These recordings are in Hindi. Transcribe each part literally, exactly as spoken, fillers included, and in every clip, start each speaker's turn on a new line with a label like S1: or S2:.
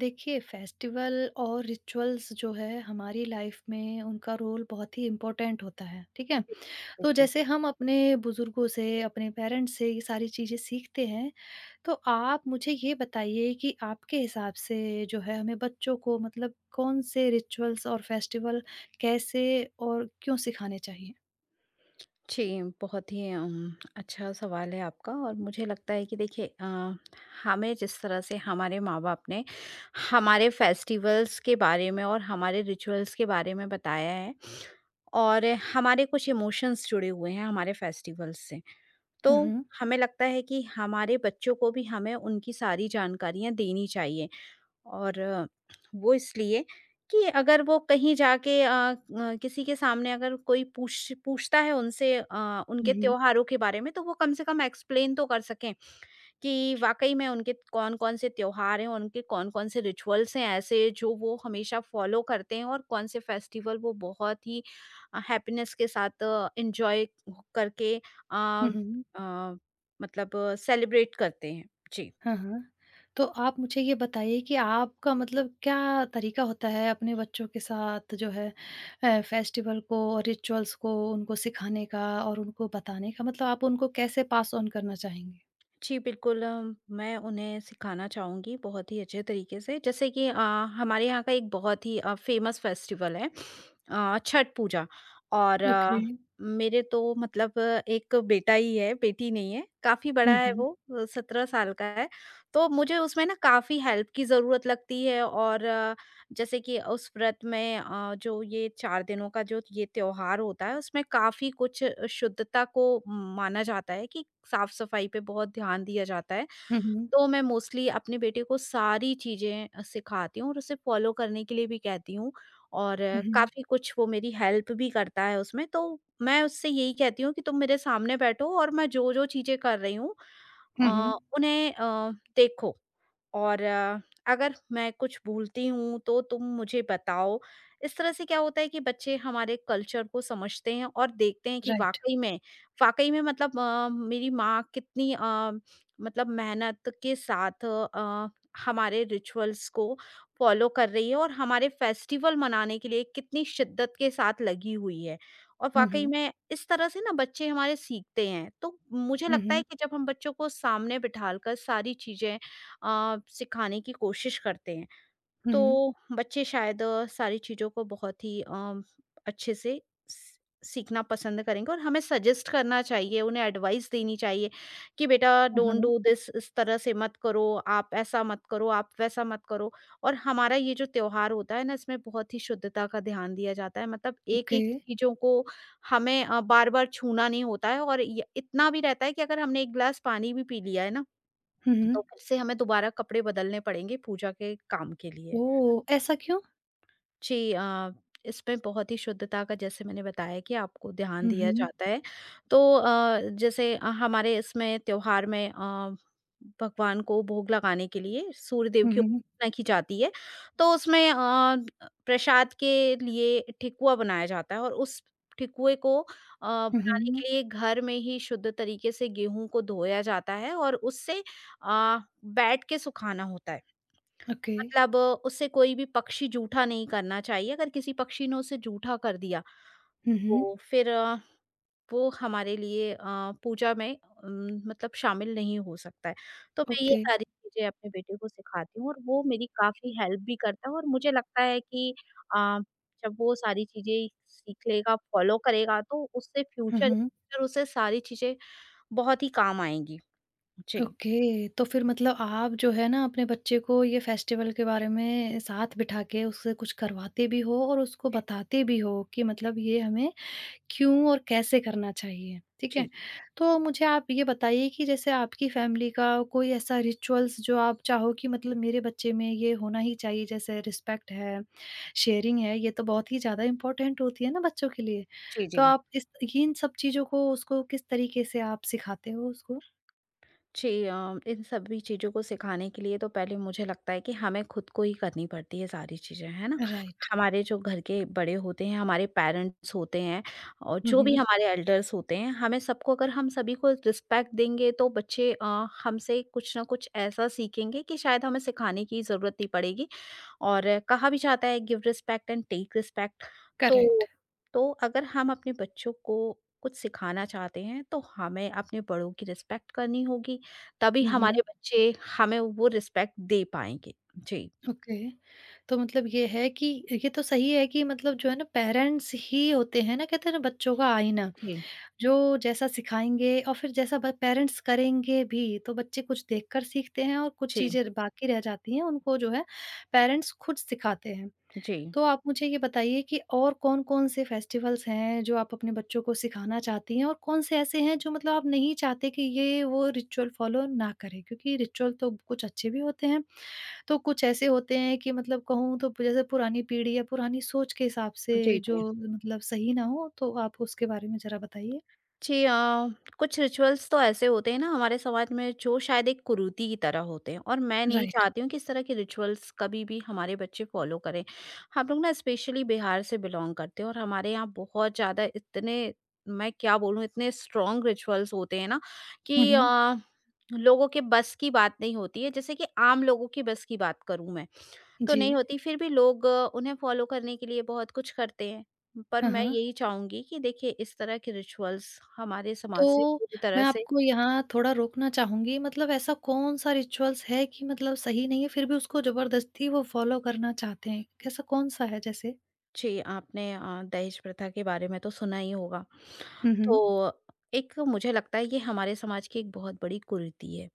S1: देखिए, फेस्टिवल और रिचुअल्स जो है हमारी लाइफ में उनका रोल बहुत ही इम्पोर्टेंट होता है, ठीक है।
S2: जी,
S1: तो
S2: बिल्कुल।
S1: जैसे हम अपने बुजुर्गों से, अपने पेरेंट्स से ये सारी चीज़ें सीखते हैं। तो आप मुझे ये बताइए कि आपके हिसाब से जो है हमें बच्चों को मतलब कौन से रिचुअल्स और फेस्टिवल कैसे और क्यों सिखाने चाहिए।
S2: जी, उम, अच्छा ले आपका। और मुझे लगता है कि देखिए, अ, हमें जिस तरह से हमारे माँ-बाप ने हमारे फेस्टिवल्स के बारे में और हमारे रिचुअल्स के बारे में बताया है, और हमारे कुछ इमोशंस जुड़े हुए हैं हमारे फेस्टिवल्स से। तो
S1: हम्म।
S2: हमें लगता है कि हमारे बच्चों को भी हमें उनकी सारी जानकारियाँ देनी चाहिए। और अ, वो इसलिए कि अगर वो कहीं जाके अ अ, किसी के सामने, अगर कोई पूछ पूछता है उनसे अ, उनके
S1: हम्म।
S2: त्योहारों के बारे में, तो वो कम से कम एक्सप्लेन तो कर सकें कि वाक़ई में उनके कौन-कौन से त्योहार हैं, उनके कौन-कौन से रिचुअल्स हैं ऐसे जो वो हमेशा फ़ॉलो करते हैं, और कौन से फेस्टिवल वो बहुत ही अ, हैप्पीनेस के साथ एन्जॉय करके अ
S1: हम्म।
S2: अ, मतलब सेलिब्रेट करते हैं। जी।
S1: हाँ, हाँ। तो आप मुझे ये बताइए कि आपका मतलब क्या तरीका होता है अपने बच्चों के साथ जो है अ, फेस्टिवल को और रिचुअल्स को उनको सिखाने का और उनको बताने का मतलब आप उनको कैसे पास ऑन करना चाहेंगे?
S2: जी, बिल्कुल। अ, मैं उन्हें सिखाना चाहूँगी बहुत ही अच्छे तरीके से। जैसे कि अ, हमारे यहाँ का एक बहुत ही अ, फ़ेमस फ़ेस्टिवल है अ, छठ पूजा। और
S1: ओके।
S2: अ, मेरे तो मतलब अ, एक बेटा ही है, बेटी नहीं है। काफ़ी बड़ा
S1: हुँ,
S2: है
S1: हुँ।
S2: वो, अ, सत्रह साल का है। तो मुझे उसमें ना काफ़ी हेल्प की ज़रूरत लगती है। और जैसे कि उस व्रत में, अ, जो ये चार दिनों का जो ये त्योहार होता है, उसमें काफ़ी कुछ शुद्धता को माना जाता है, कि साफ-सफाई पे बहुत ध्यान दिया जाता है।
S1: हुँ, हुँ।
S2: तो मैं मोस्टली अपने बेटे को सारी चीज़ें अ, सिखाती हूँ, और उसे फ़ॉलो करने के लिए भी कहती हूँ। और
S1: हुँ, हुँ।
S2: काफ़ी कुछ वो मेरी हेल्प भी करता है उसमें। तो मैं उससे यही कहती हूँ कि तुम मेरे सामने बैठो और मैं जो-जो चीज़ें कर रही हूँ, अ,
S1: हुँ, हुँ।
S2: उन्हें अ, देखो। और अ, अगर मैं कुछ भूलती हूँ तो तुम मुझे बताओ। इस तरह से क्या होता है कि बच्चे हमारे कल्चर को समझते हैं और देखते हैं कि
S1: राइट।
S2: वाक़ई में वाक़ई में मतलब अ, मेरी माँ कितनी अ, मतलब मेहनत के साथ अ, हमारे रिचुअल्स को फ़ॉलो कर रही है, और हमारे फेस्टिवल मनाने के लिए कितनी शिद्दत के साथ लगी हुई है। और
S1: हुँ,
S2: वाक़ई
S1: हुँ।
S2: में इस तरह से ना बच्चे हमारे सीखते हैं। तो मुझे
S1: हुँ,
S2: लगता है
S1: हुँ।
S2: कि जब हम बच्चों को सामने बिठाल कर सारी चीज़ें अ, सिखाने की कोशिश करते हैं,
S1: हुँ, हुँ।
S2: तो बच्चे शायद अ, सारी चीज़ों को बहुत ही अम, अच्छे से स- सीखना पसंद करेंगे। और हमें सजेस्ट करना चाहिए, उन्हें एडवाइस देनी चाहिए कि बेटा,
S1: हाँ,
S2: डोंट
S1: हाँ।
S2: डू दिस, इस तरह से मत करो, आप ऐसा मत करो, आप वैसा मत करो। और हमारा ये जो त्योहार होता है ना, इसमें बहुत ही शुद्धता का ध्यान दिया जाता है। मतलब एक
S1: ओके।
S2: एक चीजों को हमें बार बार छूना नहीं होता है। और ये- इतना भी रहता है कि अगर हमने एक गिलास पानी भी पी लिया है ना,
S1: हुँ,
S2: तो
S1: हुँ।
S2: फिर से हमें दोबारा कपड़े बदलने पड़ेंगे पूजा के काम के लिए।
S1: ओह! ऐसा क्यों?
S2: जी, अ, इसमें बहुत ही शुद्धता का, जैसे मैंने बताया कि आपको, ध्यान
S1: हुँ,
S2: दिया
S1: हुँ।
S2: जाता है। तो अ, जैसे अ, हमारे इसमें त्योहार में अ, भगवान को भोग लगाने के लिए सूर्यदेव
S1: हुँ,
S2: की
S1: हुँ।
S2: उपासना की जाती है। तो उसमें अ, प्रसाद के लिए ठेकुआ बनाया जाता है, और उस ठेकुए को अ,
S1: हुँ,
S2: बनाने
S1: हुँ।
S2: के लिए घर में ही शुद्ध तरीके से गेहूँ को धोया जाता है, और उससे अ, बैट के सुखाना होता है।
S1: ओके।
S2: मतलब अ, उससे कोई भी पक्षी जूठा नहीं करना चाहिए। अगर किसी पक्षी ने उसे जूठा कर दिया,
S1: हुँ, हुँ।
S2: तो फिर अ, वो हमारे लिए अ, पूजा में उम, मतलब शामिल नहीं हो सकता है। तो मैं ये
S1: ओके।
S2: सारी चीज़ें अपने बेटे को सिखाती हूँ, और वो मेरी काफ़ी हेल्प भी करता है। और मुझे लगता है कि अ, जब वो सारी चीज़ें सीख लेगा, फॉलो करेगा, तो उससे
S1: हुँ,
S2: फ्यूचर
S1: हुँ।
S2: फ्यूचर उसे सारी चीज़ें बहुत ही काम आएँगी। जी।
S1: ओके, तो फिर मतलब आप जो है ना अपने बच्चे को ये फेस्टिवल के बारे में साथ बिठा के उससे कुछ करवाते भी हो और उसको
S2: जी,
S1: बताते भी हो कि
S2: जी।
S1: मतलब ये हमें क्यों और कैसे करना चाहिए, ठीक है? तो मुझे आप ये बताइए कि जैसे आपकी फैमिली का कोई ऐसा रिचुअल्स जो आप चाहो कि मतलब मेरे बच्चे में ये होना ही चाहिए, जैसे रिस्पेक्ट है, शेयरिंग है, ये तो बहुत ही ज़्यादा इम्पोर्टेंट होती है ना बच्चों के लिए।
S2: जी, जी,
S1: तो
S2: जी।
S1: आप इस इन सब चीज़ों को उसको किस तरीके से आप सिखाते हो उसको?
S2: जी, अ, इन सभी चीज़ों को सिखाने के लिए तो पहले मुझे लगता है कि हमें खुद को ही करनी पड़ती है सारी चीज़ें, है ना?
S1: राइट।
S2: हमारे जो घर के बड़े होते हैं, हमारे पेरेंट्स होते हैं, और
S1: हुँ,
S2: जो भी
S1: हुँ।
S2: हमारे एल्डर्स होते हैं, हमें सबको, अगर हम सभी को रिस्पेक्ट देंगे, तो बच्चे अ, हमसे कुछ ना कुछ ऐसा सीखेंगे कि शायद हमें सिखाने की ज़रूरत नहीं पड़ेगी। और कहा भी जाता है, give respect and take respect.
S1: Correct.
S2: तो तो अगर हम अपने बच्चों को कुछ सिखाना चाहते हैं, तो हमें अपने बड़ों की रिस्पेक्ट करनी होगी, तभी
S1: हुँ, हुँ।
S2: हमारे बच्चे हमें वो रिस्पेक्ट दे पाएंगे। जी।
S1: ओके। तो मतलब ये है कि ये तो सही है कि मतलब जो है ना पेरेंट्स ही होते हैं ना, कहते हैं ना बच्चों का आईना,
S2: जी।
S1: जो जैसा सिखाएँगे और फिर जैसा ब पेरेंट्स करेंगे भी, तो बच्चे कुछ देखकर सीखते हैं और कुछ
S2: जी।
S1: चीज़ें बाकी रह जाती हैं, उनको जो है पेरेंट्स खुद सिखाते हैं।
S2: जी।
S1: तो आप मुझे ये बताइए कि और कौन-कौन से फेस्टिवल्स हैं जो आप अपने बच्चों को सिखाना चाहती हैं और कौन से ऐसे हैं जो मतलब आप नहीं चाहते कि ये वो रिचुअल फॉलो ना करें? क्योंकि रिचुअल तो कुछ अच्छे भी होते हैं, तो कुछ ऐसे होते हैं कि मतलब कहूँ तो जैसे पुरानी पीढ़ी या पुरानी सोच के हिसाब
S2: जी।
S1: से जो
S2: जी।
S1: मतलब सही ना हो, तो आप उसके बारे में ज़रा बताइए?
S2: जी, अ, कुछ रिचुअल्स तो ऐसे होते हैं ना हमारे समाज में, जो शायद एक कुरीति की तरह होते हैं, और मैं नहीं
S1: राइट।
S2: चाहती हूँ कि इस तरह के रिचुअल्स कभी भी हमारे बच्चे फॉलो करें। हम लोग ना स्पेशली बिहार से बिलोंग करते हैं, और हमारे यहाँ बहुत ज़्यादा, इतने, मैं क्या बोलूँ, इतने स्ट्रॉन्ग रिचुअल्स होते हैं ना,
S1: हुँ,
S2: कि
S1: हुँ।
S2: अ, लोगों के बस की बात नहीं होती है। जैसे कि आम लोगों की बस की बात करूँ मैं, तो
S1: जी।
S2: नहीं होती, फिर भी लोग अ, उन्हें फ़ॉलो करने के लिए बहुत कुछ करते हैं। पर
S1: हाँ,
S2: मैं
S1: हाँ।
S2: यही चाहूँगी कि देखिए, इस तरह के रिचुअल्स हमारे समाज से
S1: तो
S2: पूरी
S1: मैं
S2: तरह से।
S1: आपको यहाँ थोड़ा रोकना चाहूँगी, मतलब ऐसा कौन-सा रिचुअल्स है कि मतलब सही नहीं है, फिर भी उसको ज़बरदस्ती वो फ़ॉलो करना चाहते हैं? ऐसा कौन-सा है जैसे?
S2: जी, आपने अ, दहेज प्रथा के बारे में तो सुना ही होगा।
S1: हुँ, हुँ।
S2: तो एक मुझे लगता है ये हमारे समाज की एक बहुत बड़ी कुरीति है।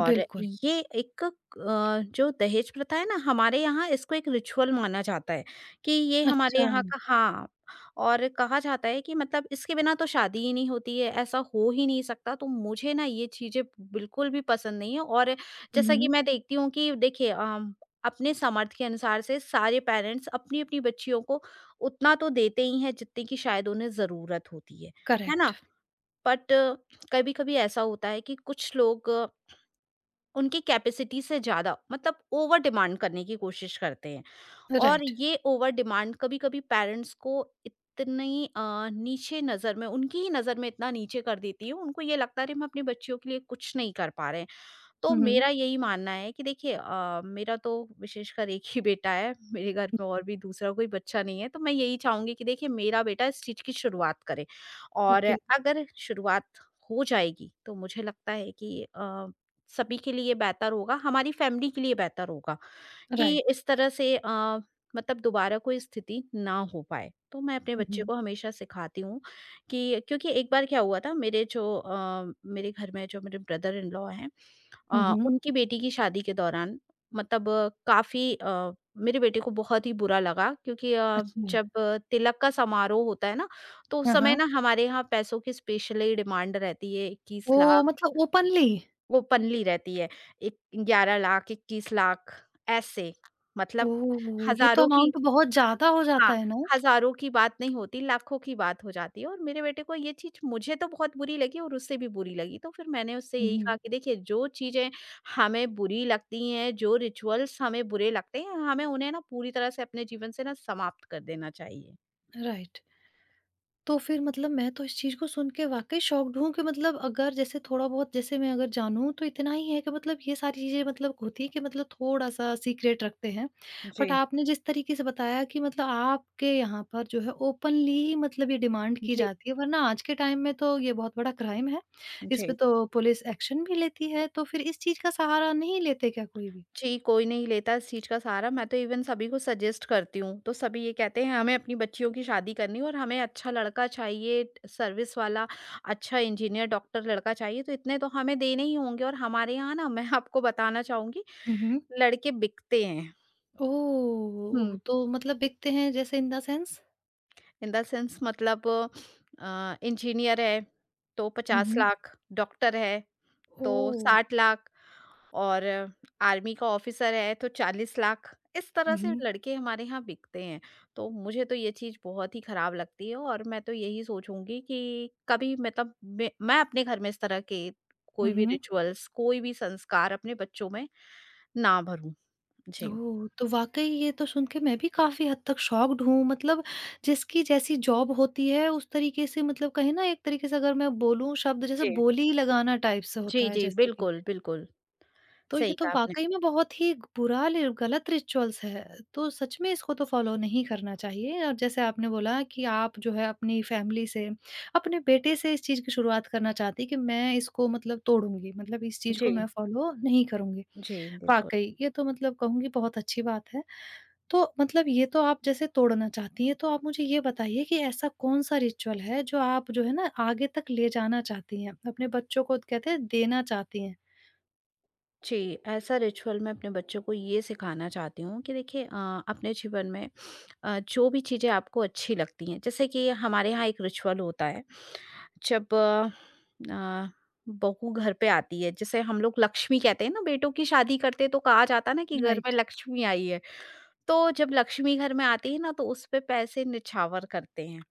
S2: और
S1: बिल्कुल।
S2: ये एक अ, जो दहेज प्रथा है ना हमारे यहाँ, इसको एक रिचुअल माना जाता है, कि ये हमारे
S1: अच्छा।
S2: यहाँ का, हाँ। और कहा जाता है कि मतलब इसके बिना तो शादी ही नहीं होती है, ऐसा हो ही नहीं सकता। तो मुझे ना ये चीज़ें बिल्कुल भी पसंद नहीं है। और
S1: हुँ,
S2: जैसा कि
S1: हुँ।
S2: मैं देखती हूँ कि देखिए अ, अपने सामर्थ्य के अनुसार से सारे पेरेंट्स अपनी-अपनी बच्चियों को उतना तो देते ही हैं जितने की शायद उन्हें ज़रूरत होती है, है ना?
S1: करेक्ट।
S2: बट कभी-कभी ऐसा होता है कि कुछ लोग अ, उनकी कैपेसिटी से ज़्यादा, मतलब ओवर डिमांड करने की कोशिश करते हैं। और
S1: राइट।
S2: ये ओवर डिमांड कभी-कभी पेरेंट्स को इतनी अ, नीचे नज़र में, उनकी ही नज़र में इतना नीचे कर देती है, उनको ये लगता है, अरे! हम अपने बच्चियों के लिए कुछ नहीं कर पा रहे हैं। तो
S1: हुँ, हुँ।
S2: मेरा यही मानना है कि देखिए, अ, मेरा तो विशेषकर एक ही बेटा है, मेरे घर में और भी दूसरा कोई बच्चा नहीं है। तो मैं यही चाहूँगी कि देखिए, मेरा बेटा इस चीज़ की शुरुआत करे। और
S1: ओके।
S2: अगर शुरुआत हो जाएगी, तो मुझे लगता है कि अ, सभी के लिए बेहतर होगा, हमारी फैमिली के लिए बेहतर होगा, कि
S1: राइट।
S2: इस तरह से अ, मतलब दोबारा कोई स्थिति ना हो पाए। तो मैं अपने
S1: हुँ,
S2: बच्चे
S1: हुँ।
S2: को हमेशा सिखाती हूँ, कि क्योंकि एक बार क्या हुआ था, मेरे जो अ, मेरे घर में जो मेरे ब्रदर इन लॉ हैं,
S1: हुँ,
S2: अ,
S1: हुँ।
S2: उनकी बेटी की शादी के दौरान, मतलब काफ़ी अ, मेरे बेटे को बहुत ही बुरा लगा, क्योंकि अ,
S1: अच्छा।
S2: जब अ, तिलक का समारोह होता है ना, तो उस
S1: हाँ,
S2: समय
S1: हाँ।
S2: ना हमारे यहाँ पैसों की स्पेशली डिमांड रहती है, इक्कीस लाख।
S1: ओह! मतलब ओपनली?
S2: वो पनली रहती है। एक ग्यारह लाख, इक्कीस लाख, ऐसे, मतलब
S1: ओह! ये तो
S2: हज़ारों की,
S1: अमाउंट बहुत ज़्यादा हो
S2: हाँ,
S1: जाता है ना?
S2: हज़ारों की बात नहीं होती, लाखों की बात हो जाती है। और मेरे बेटे को ये चीज़, मुझे तो बहुत बुरी लगी, और उससे भी बुरी लगी। तो फिर मैंने उससे
S1: हुँ,
S2: यही कहा
S1: हुँ।
S2: कि देखिए, जो चीज़ें हमें बुरी लगती हैं, जो रिचुअल्स हमें बुरे लगते हैं, हमें उन्हें ना पूरी तरह से अपने जीवन से ना समाप्त कर देना चाहिए।
S1: राइट। तो फिर मतलब मैं तो इस चीज़ को सुन के वाक़ई शॉक्ड हूँ कि मतलब अगर जैसे थोड़ा बहुत, जैसे मैं अगर जानूँ तो इतना ही है कि मतलब ये सारी चीज़ें मतलब होती है कि मतलब थोड़ा-सा सीक्रेट रखते हैं। बट
S2: जी।
S1: आपने जिस तरीके से बताया कि मतलब आपके यहाँ पर जो है ओपनली ही मतलब ये डिमांड की
S2: जी।
S1: जाती है, वरना आज के टाइम में तो ये बहुत बड़ा क्राइम है। इस
S2: जी।
S1: पे तो पुलिस एक्शन भी लेती है, तो फिर इस चीज़ का सहारा नहीं लेते क्या कोई भी?
S2: जी, कोई नहीं लेता इस चीज़ का सहारा। मैं तो इवन सभी को सजेस्ट करती हूँ, तो सभी ये कहते हैं, हमें अपनी बच्चियों की शादी करनी है और हमें अच्छा लड़का चाहिए, सर्विस वाला, अच्छा इंजीनियर, डॉक्टर लड़का चाहिए, तो इतने तो हमें देने ही होंगे। और हमारे यहाँ ना, मैं आपको बताना चाहूँगी,
S1: हुँ, हुँ।
S2: लड़के बिकते हैं।
S1: ओह!
S2: हुँ,
S1: तो मतलब बिकते हैं, जैसे in the sense?
S2: In the sense मतलब अ, इंजीनियर है, तो
S1: हुँ,
S2: पचास
S1: हुँ।
S2: लाख, डॉक्टर है, तो
S1: ओह!
S2: साठ लाख, और आर्मी का ऑफिसर है तो चालीस लाख। इस तरह
S1: हुँ,
S2: से
S1: हुँ।
S2: लड़के हमारे यहाँ बिकते हैं। तो मुझे तो ये चीज़ बहुत ही खराब लगती है, और मैं तो यही सोचूँगी कि कभी मतलब मैं मैं अपने घर में इस तरह के
S1: हुँ,
S2: कोई भी
S1: हुँ।
S2: रिचुअल्स, कोई भी संस्कार अपने बच्चों में ना भरूँ। जी।
S1: ओह! तो वाक़ई ये तो सुन के मैं भी काफ़ी हद तक शॉक्ड हूँ, मतलब जिसकी जैसी जॉब होती है उस तरीके से मतलब कहें ना, एक तरीके से अगर मैं बोलूँ शब्द, जैसे
S2: जी।
S1: बोली ही लगाना टाइप से होता
S2: जी,
S1: है
S2: जी,
S1: जैसे कि।
S2: बिल्कुल, बिल्कुल।
S1: तो ये
S2: सही
S1: तो
S2: कहा आपने।
S1: वाक़ई में बहुत ही बुरा लि गलत रिचुअल्स है। तो सच में इसको तो फ़ॉलो नहीं करना चाहिए, और जैसे आपने बोला कि आप जो है अपनी फ़ैमिली से, अपने बेटे से इस चीज़ की शुरुआत करना चाहती कि मैं इसको मतलब तोड़ूँगी, मतलब इस चीज़ को
S2: जी,
S1: मैं फ़ॉलो नहीं करूँगी।
S2: जी, बिल्कुल।
S1: वाक़ई ये तो मतलब कहूँगी बहुत अच्छी बात है। तो मतलब ये तो आप जैसे तोड़ना चाहती हैं, तो आप मुझे ये बताइए कि ऐसा कौन-सा रिचुअल है जो आप जो है ना आगे तक ले जाना चाहती हैं? अपने बच्चों को, कहते हैं देना चाहती हैं।
S2: जी, ऐसा रिचुअल मैं अपने बच्चों को ये सिखाना चाहती हूँ कि देखिए अ, अपने जीवन में अ, जो भी चीज़ें आपको अच्छी लगती हैं। जैसे कि हमारे यहाँ एक रिचुअल होता है, जब अ, अ, बहू घर पे आती है, जिसे हम लोग लक्ष्मी कहते हैं ना, बेटों की शादी करते हैं तो कहा जाता है ना कि घर में
S1: राइट।
S2: लक्ष्मी आई है। तो जब लक्ष्मी घर में आती है ना, तो उस पे पैसे निछावर करते हैं,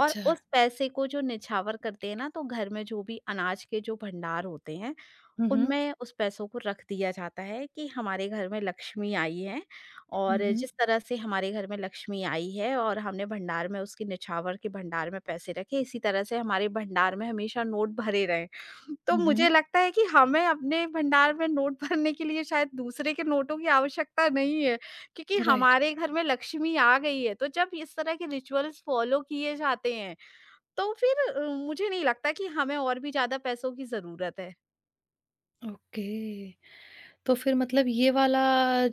S2: और
S1: अच्छा।
S2: उस पैसे को जो निछावर करते हैं ना, तो घर में जो भी अनाज के जो भंडार होते हैं,
S1: हुँ, हुँ।
S2: उनमें उस पैसों को रख दिया जाता है, कि हमारे घर में लक्ष्मी आई है।
S1: हुँ,
S2: और
S1: हुँ।
S2: जिस तरह से हमारे घर में लक्ष्मी आई है, और हमने भंडार में उसके निछावर के भंडार में पैसे रखे, इसी तरह से हमारे भंडार में हमेशा नोट भरे रहे। तो
S1: हुँ,
S2: मुझे
S1: हुँ।
S2: लगता है कि हमें अपने भंडार में नोट भरने के लिए शायद दूसरे के नोटों की आवश्यकता नहीं है, क्योंकि
S1: राइट।
S2: हमारे घर में लक्ष्मी आ गई है। तो जब इस तरह के रिचुअल्स फॉलो किए जाते हैं, तो फिर अ, मुझे नहीं लगता कि हमें और भी ज्यादा पैसों की जरूरत है।
S1: ओके। तो फिर मतलब ये वाला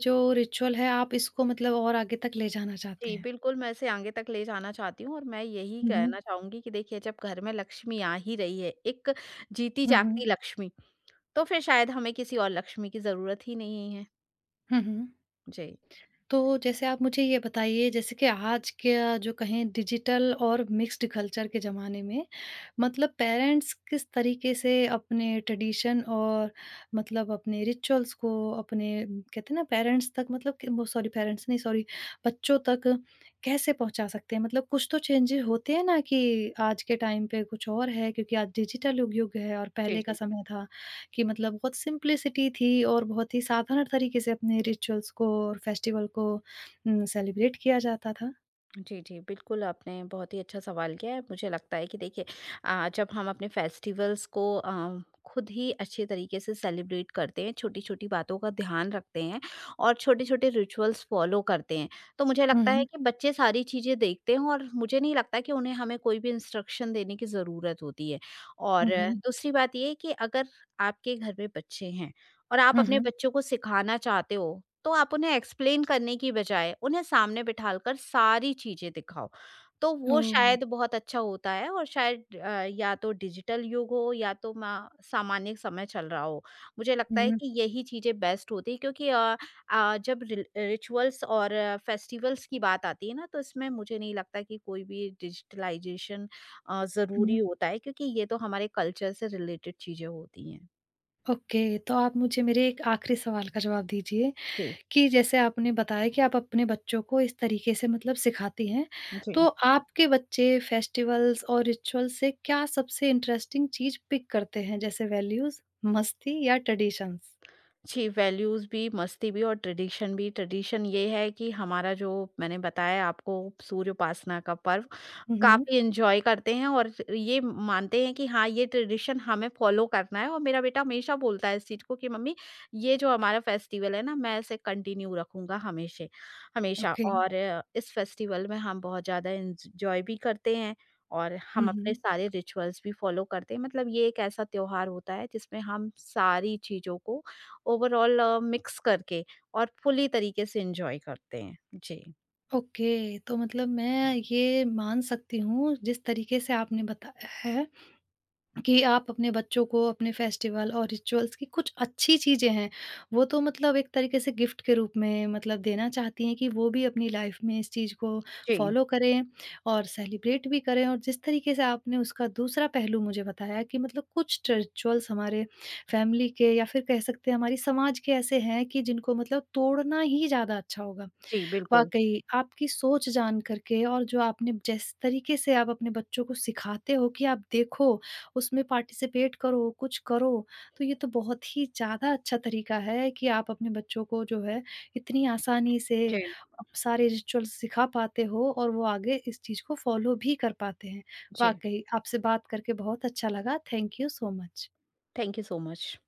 S1: जो रिचुअल है आप इसको मतलब और आगे तक ले जाना चाहते
S2: जी,
S1: हैं।
S2: बिल्कुल, मैं इसे आगे तक ले जाना चाहती हूँ। और मैं यही
S1: हुँ, हुँ।
S2: कहना चाहूँगी कि देखिए, जब घर में लक्ष्मी आ ही रही है, एक
S1: हुँ,
S2: जीती-जागती
S1: हुँ।
S2: लक्ष्मी, तो फिर शायद हमें किसी और लक्ष्मी की ज़रूरत ही नहीं है।
S1: हुँ, हुँ।
S2: जी।
S1: तो जैसे आप मुझे ये बताइए, जैसे कि आज के जो कहें डिजिटल और मिक्स्ड कल्चर के ज़माने में मतलब पेरेंट्स किस तरीके से अपने ट्रेडिशन और मतलब अपने रिचुअल्स को अपने म, कहते हैं ना पेरेंट्स तक मतलब कि- वो सॉरी, पेरेंट्स नहीं, सॉरी बच्चों तक कैसे पहुंचा सकते हैं? मतलब कुछ तो चेंजेस होते हैं ना, कि आज के टाइम पे कुछ और है क्योंकि आज डिजिटल युग युग है और
S2: जी,
S1: पहले का
S2: जी।
S1: समय था कि मतलब बहुत सिम्प्लिसिटी थी और बहुत ही साधारण तरीके से अपने रिचुअल्स को और फेस्टिवल को उम, सेलिब्रेट किया जाता था।
S2: जी, जी। बिल्कुल, आपने बहुत ही अच्छा सवाल किया है। मुझे लगता है कि देखिए, अ, जब हम अपने फेस्टिवल्स को अ, खुद ही अच्छे तरीके से सेलिब्रेट करते हैं, छोटी-छोटी बातों का ध्यान रखते हैं, और छोटे-छोटे रिचुअल्स फ़ॉलो करते हैं, तो मुझे
S1: हुँ,
S2: लगता है
S1: हुँ।
S2: कि बच्चे सारी चीज़ें देखते हैं, और मुझे नहीं लगता कि उन्हें हमें कोई भी इंस्ट्रक्शन देने की ज़रूरत होती है। और
S1: हुँ,
S2: आ,
S1: हुँ।
S2: दूसरी बात ये है कि अगर आपके घर में बच्चे हैं, और आप
S1: हुँ,
S2: अपने
S1: हुँ।
S2: बच्चों को सिखाना चाहते हो, तो आप उन्हें एक्सप्लेन करने की बजाय उन्हें सामने बिठाकर सारी चीज़ें दिखाओ। तो वो
S1: ओह!
S2: शायद बहुत अच्छा होता है। और शायद अ, या तो डिजिटल युग हो या तो म सामान्य समय चल रहा हो, मुझे लगता है
S1: हुँ,
S2: कि यही चीज़ें बेस्ट होती हैं। क्योंकि अ अ, जब रिल रिचुअल्स और फेस्टिवल्स की बात आती है ना, तो इसमें मुझे नहीं लगता कि कोई भी डिजिटलाइज़ेशन अ, ज़रूरी
S1: हुँ।
S2: होता है, क्योंकि ये तो हमारे कल्चर से रिलेटेड चीज़ें होती हैं।
S1: ओके, तो आप मुझे मेरे एक आखिरी सवाल का जवाब दीजिए
S2: जी,
S1: कि जैसे आपने बताया कि आप अपने बच्चों को इस तरीके से मतलब सिखाती हैं, तो
S2: जी।
S1: आपके बच्चे फेस्टिवल्स और रिचुअल्स से क्या सबसे इंटरेस्टिंग चीज़ पिक करते हैं, जैसे वैल्यूज़, मस्ती या ट्रेडिशंस?
S2: जी, वैल्यूज़ भी, मस्ती भी और ट्रेडिशन भी। ट्रेडिशन ये है कि हमारा जो, मैंने बताया आपको, सूर्य उपासना का पर्व,
S1: हुँ, हुँ।
S2: काफ़ी एन्जॉय करते हैं। और ये मानते हैं कि हाँ, ये ट्रेडिशन हमें फ़ॉलो करना है। और मेरा बेटा हमेशा बोलता है इस चीज़ को कि मम्मी, ये जो हमारा फेस्टिवल है ना, मैं इसे कंटिन्यू रखूँगा हमेशा हमेशा।
S1: ओके।
S2: और अ, इस फेस्टिवल में हम बहुत ज़्यादा एन्जॉय भी करते हैं, और
S1: हुँ,
S2: हम अपने
S1: हुँ।
S2: सारे रिचुअल्स भी फ़ॉलो करते हैं। मतलब ये एक ऐसा त्योहार होता है जिसमें हम सारी चीज़ों को ओवरऑल मिक्स करके और फुल्ली तरीके से एन्जॉय करते हैं। जी।
S1: ओके, तो मतलब मैं ये मान सकती हूँ जिस तरीके से आपने बताया है, कि आप अपने बच्चों को अपने फेस्टिवल और रिचुअल्स की कुछ अच्छी चीज़ें हैं, वो तो मतलब एक तरीके से गिफ्ट के रूप में मतलब देना चाहती हैं कि वो भी अपनी लाइफ़ में इस चीज़ को
S2: जी।
S1: फ़ॉलो करें और सेलिब्रेट भी करें, और जिस तरीके से आपने उसका दूसरा पहलू मुझे बताया कि मतलब कुछ रिचुअल्स हमारे फैमिली के या फिर कह सकते हैं हमारी समाज के ऐसे हैं कि जिनको मतलब तोड़ना ही ज़्यादा अच्छा होगा।
S2: जी, बिल्कुल।
S1: वाक़ई आपकी सोच जान कर के, और जो आपने जिस तरीके से आप अपने बच्चों को सिखाते हो कि आप देखो, उसमें पार्टिसिपेट करो, कुछ करो। तो ये तो बहुत ही ज़्यादा अच्छा तरीका है कि आप अपने बच्चों को जो है इतनी आसानी से
S2: जी,
S1: आप सारे रिचुअल्स सिखा पाते हो और वो आगे इस चीज़ को फ़ॉलो भी कर पाते हैं।
S2: जी।
S1: वाक़ई आपसे बात करके बहुत अच्छा लगा। Thank you so much.
S2: Thank you so much.